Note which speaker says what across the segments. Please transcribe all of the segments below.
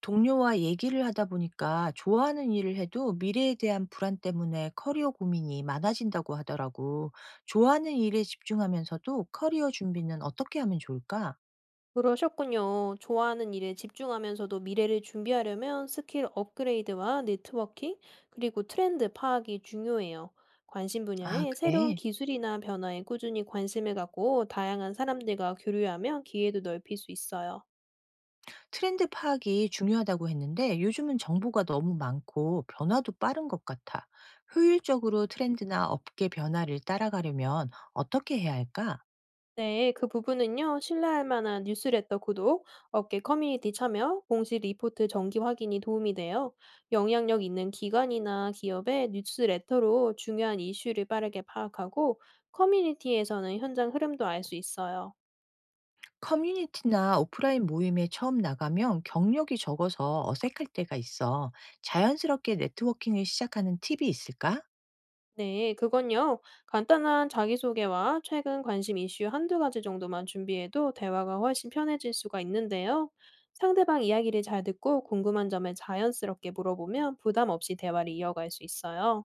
Speaker 1: 동료와 얘기를 하다 보니까 좋아하는 일을 해도 미래에 대한 불안 때문에 커리어 고민이 많아진다고 하더라고. 좋아하는 일에 집중하면서도 커리어 준비는 어떻게 하면 좋을까?
Speaker 2: 그러셨군요. 좋아하는 일에 집중하면서도 미래를 준비하려면 스킬 업그레이드와 네트워킹, 그리고 트렌드 파악이 중요해요. 관심
Speaker 1: 아,
Speaker 2: 분야에 새로운
Speaker 1: 그래.
Speaker 2: 기술이나 변화에 꾸준히 관심을 갖고 다양한 사람들과 교류하면 기회도 넓힐 수 있어요.
Speaker 1: 트렌드 파악이 중요하다고 했는데 요즘은 정보가 너무 많고 변화도 빠른 것 같아. 효율적으로 트렌드나 업계 변화를 따라가려면 어떻게 해야 할까?
Speaker 2: 네, 그 부분은요, 신뢰할 만한 뉴스레터 구독, 업계 커뮤니티 참여, 공식 리포트 정기 확인이 도움이 돼요. 영향력 있는 기관이나 기업의 뉴스레터로 중요한 이슈를 빠르게 파악하고, 커뮤니티에서는 현장 흐름도 알 수 있어요.
Speaker 1: 커뮤니티나 오프라인 모임에 처음 나가면 경력이 적어서 어색할 때가 있어. 자연스럽게 네트워킹을 시작하는 팁이 있을까?
Speaker 2: 네, 그건요, 간단한 자기소개와 최근 관심 이슈 한두 가지 정도만 준비해도 대화가 훨씬 편해질 수가 있는데요. 상대방 이야기를 잘 듣고 궁금한 점을 자연스럽게 물어보면 부담 없이 대화를 이어갈 수 있어요.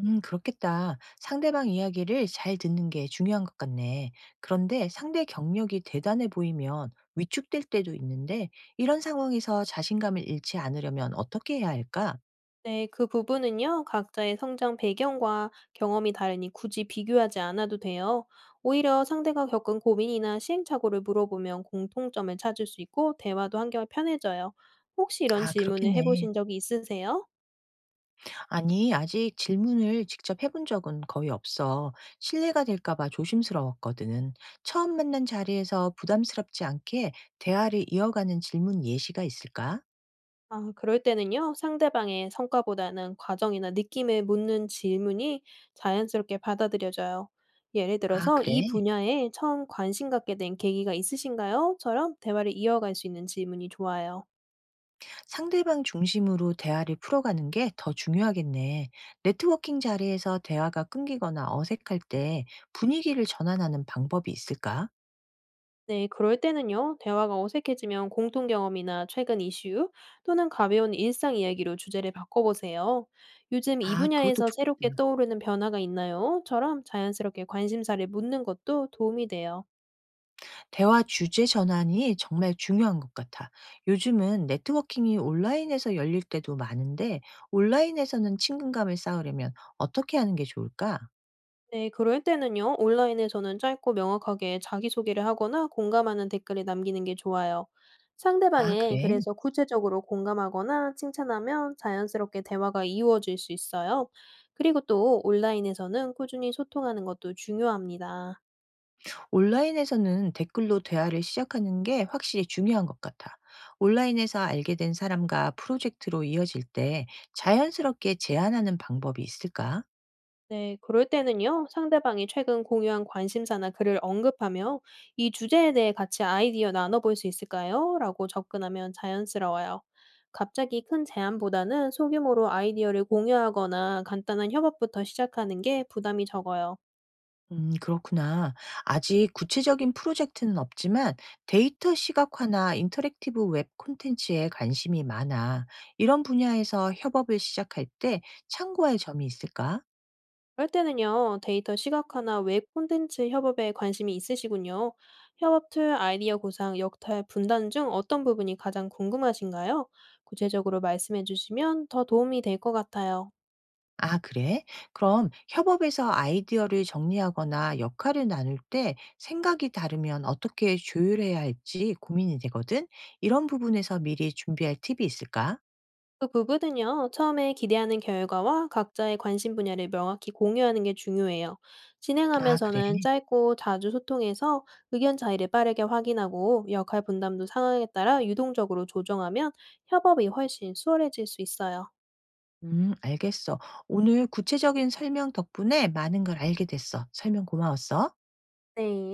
Speaker 1: 그렇겠다. 상대방 이야기를 잘 듣는 게 중요한 것 같네. 그런데 상대 경력이 대단해 보이면 위축될 때도 있는데 이런 상황에서 자신감을 잃지 않으려면 어떻게 해야 할까?
Speaker 2: 네, 그 부분은요, 각자의 성장 배경과 경험이 다르니 굳이 비교하지 않아도 돼요. 오히려 상대가 겪은 고민이나 시행착오를 물어보면 공통점을 찾을 수 있고, 대화도 한결 편해져요. 혹시 이런
Speaker 1: 아,
Speaker 2: 질문을
Speaker 1: 그렇겠네.
Speaker 2: 해보신 적이 있으세요?
Speaker 1: 아니, 아직 질문을 직접 해본 적은 거의 없어. 실례가 될까봐 조심스러웠거든. 처음 만난 자리에서 부담스럽지 않게 대화를 이어가는 질문 예시가 있을까?
Speaker 2: 아, 그럴 때는요, 상대방의 성과보다는 과정이나 느낌을 묻는 질문이 자연스럽게 받아들여져요. 예를
Speaker 1: 아,
Speaker 2: 들어서, 이
Speaker 1: 그래.
Speaker 2: 분야에 처음 관심 갖게 된 계기가 있으신가요? 처럼 대화를 이어갈 수 있는 질문이 좋아요.
Speaker 1: 상대방 중심으로 대화를 풀어가는 게 더 중요하겠네. 네트워킹 자리에서 대화가 끊기거나 어색할 때 분위기를 전환하는 방법이 있을까?
Speaker 2: 네, 그럴 때는요, 대화가 어색해지면 공통 경험이나 최근 이슈 또는 가벼운 일상 이야기로 주제를 바꿔보세요. 요즘 이
Speaker 1: 아, 그것도
Speaker 2: 분야에서 새롭게
Speaker 1: 좋겠다.
Speaker 2: 떠오르는 변화가 있나요? 처럼 자연스럽게 관심사를 묻는 것도 도움이 돼요.
Speaker 1: 대화 주제 전환이 정말 중요한 것 같아. 요즘은 네트워킹이 온라인에서 열릴 때도 많은데, 온라인에서는 친근감을 쌓으려면 어떻게 하는 게 좋을까?
Speaker 2: 네, 그럴 때는요, 온라인에서는 짧고 명확하게 자기소개를 하거나 공감하는 댓글을 남기는 게 좋아요.
Speaker 1: 아,
Speaker 2: 상대방에
Speaker 1: 그래.
Speaker 2: 그래서 구체적으로 공감하거나 칭찬하면 자연스럽게 대화가 이루어질 수 있어요. 그리고 또 온라인에서는 꾸준히 소통하는 것도 중요합니다.
Speaker 1: 온라인에서는 댓글로 대화를 시작하는 게 확실히 중요한 것 같아. 온라인에서 알게 된 사람과 프로젝트로 이어질 때 자연스럽게 제안하는 방법이 있을까?
Speaker 2: 네, 그럴 때는요, 상대방이 최근 공유한 관심사나 글을 언급하며 이 주제에 대해 같이 아이디어 나눠볼 수 있을까요? 라고 접근하면 자연스러워요. 갑자기 큰 제안보다는 소규모로 아이디어를 공유하거나 간단한 협업부터 시작하는 게 부담이 적어요.
Speaker 1: 그렇구나. 아직 구체적인 프로젝트는 없지만 데이터 시각화나 인터랙티브 웹 콘텐츠에 관심이 많아. 이런 분야에서 협업을 시작할 때 참고할 점이 있을까?
Speaker 2: 그럴 때는요, 데이터 시각화나 웹 콘텐츠 협업에 관심이 있으시군요. 협업 툴 아이디어 구상, 역할 분단 중 어떤 부분이 가장 궁금하신가요? 구체적으로 말씀해 주시면 더 도움이 될 것 같아요.
Speaker 1: 아, 그래? 그럼 협업에서 아이디어를 정리하거나 역할을 나눌 때 생각이 다르면 어떻게 조율해야 할지 고민이 되거든? 이런 부분에서 미리 준비할 팁이 있을까?
Speaker 2: 그 부분은요, 처음에 기대하는 결과와 각자의 관심 분야를 명확히 공유하는 게 중요해요.
Speaker 1: 아, 그래.
Speaker 2: 진행하면서는 짧고 자주 소통해서 의견 차이를 빠르게 확인하고 역할 분담도 상황에 따라 유동적으로 조정하면 협업이 훨씬 수월해질 수 있어요.
Speaker 1: 알겠어. 오늘 구체적인 설명 덕분에 많은 걸 알게 됐어. 설명 고마웠어.
Speaker 2: 네.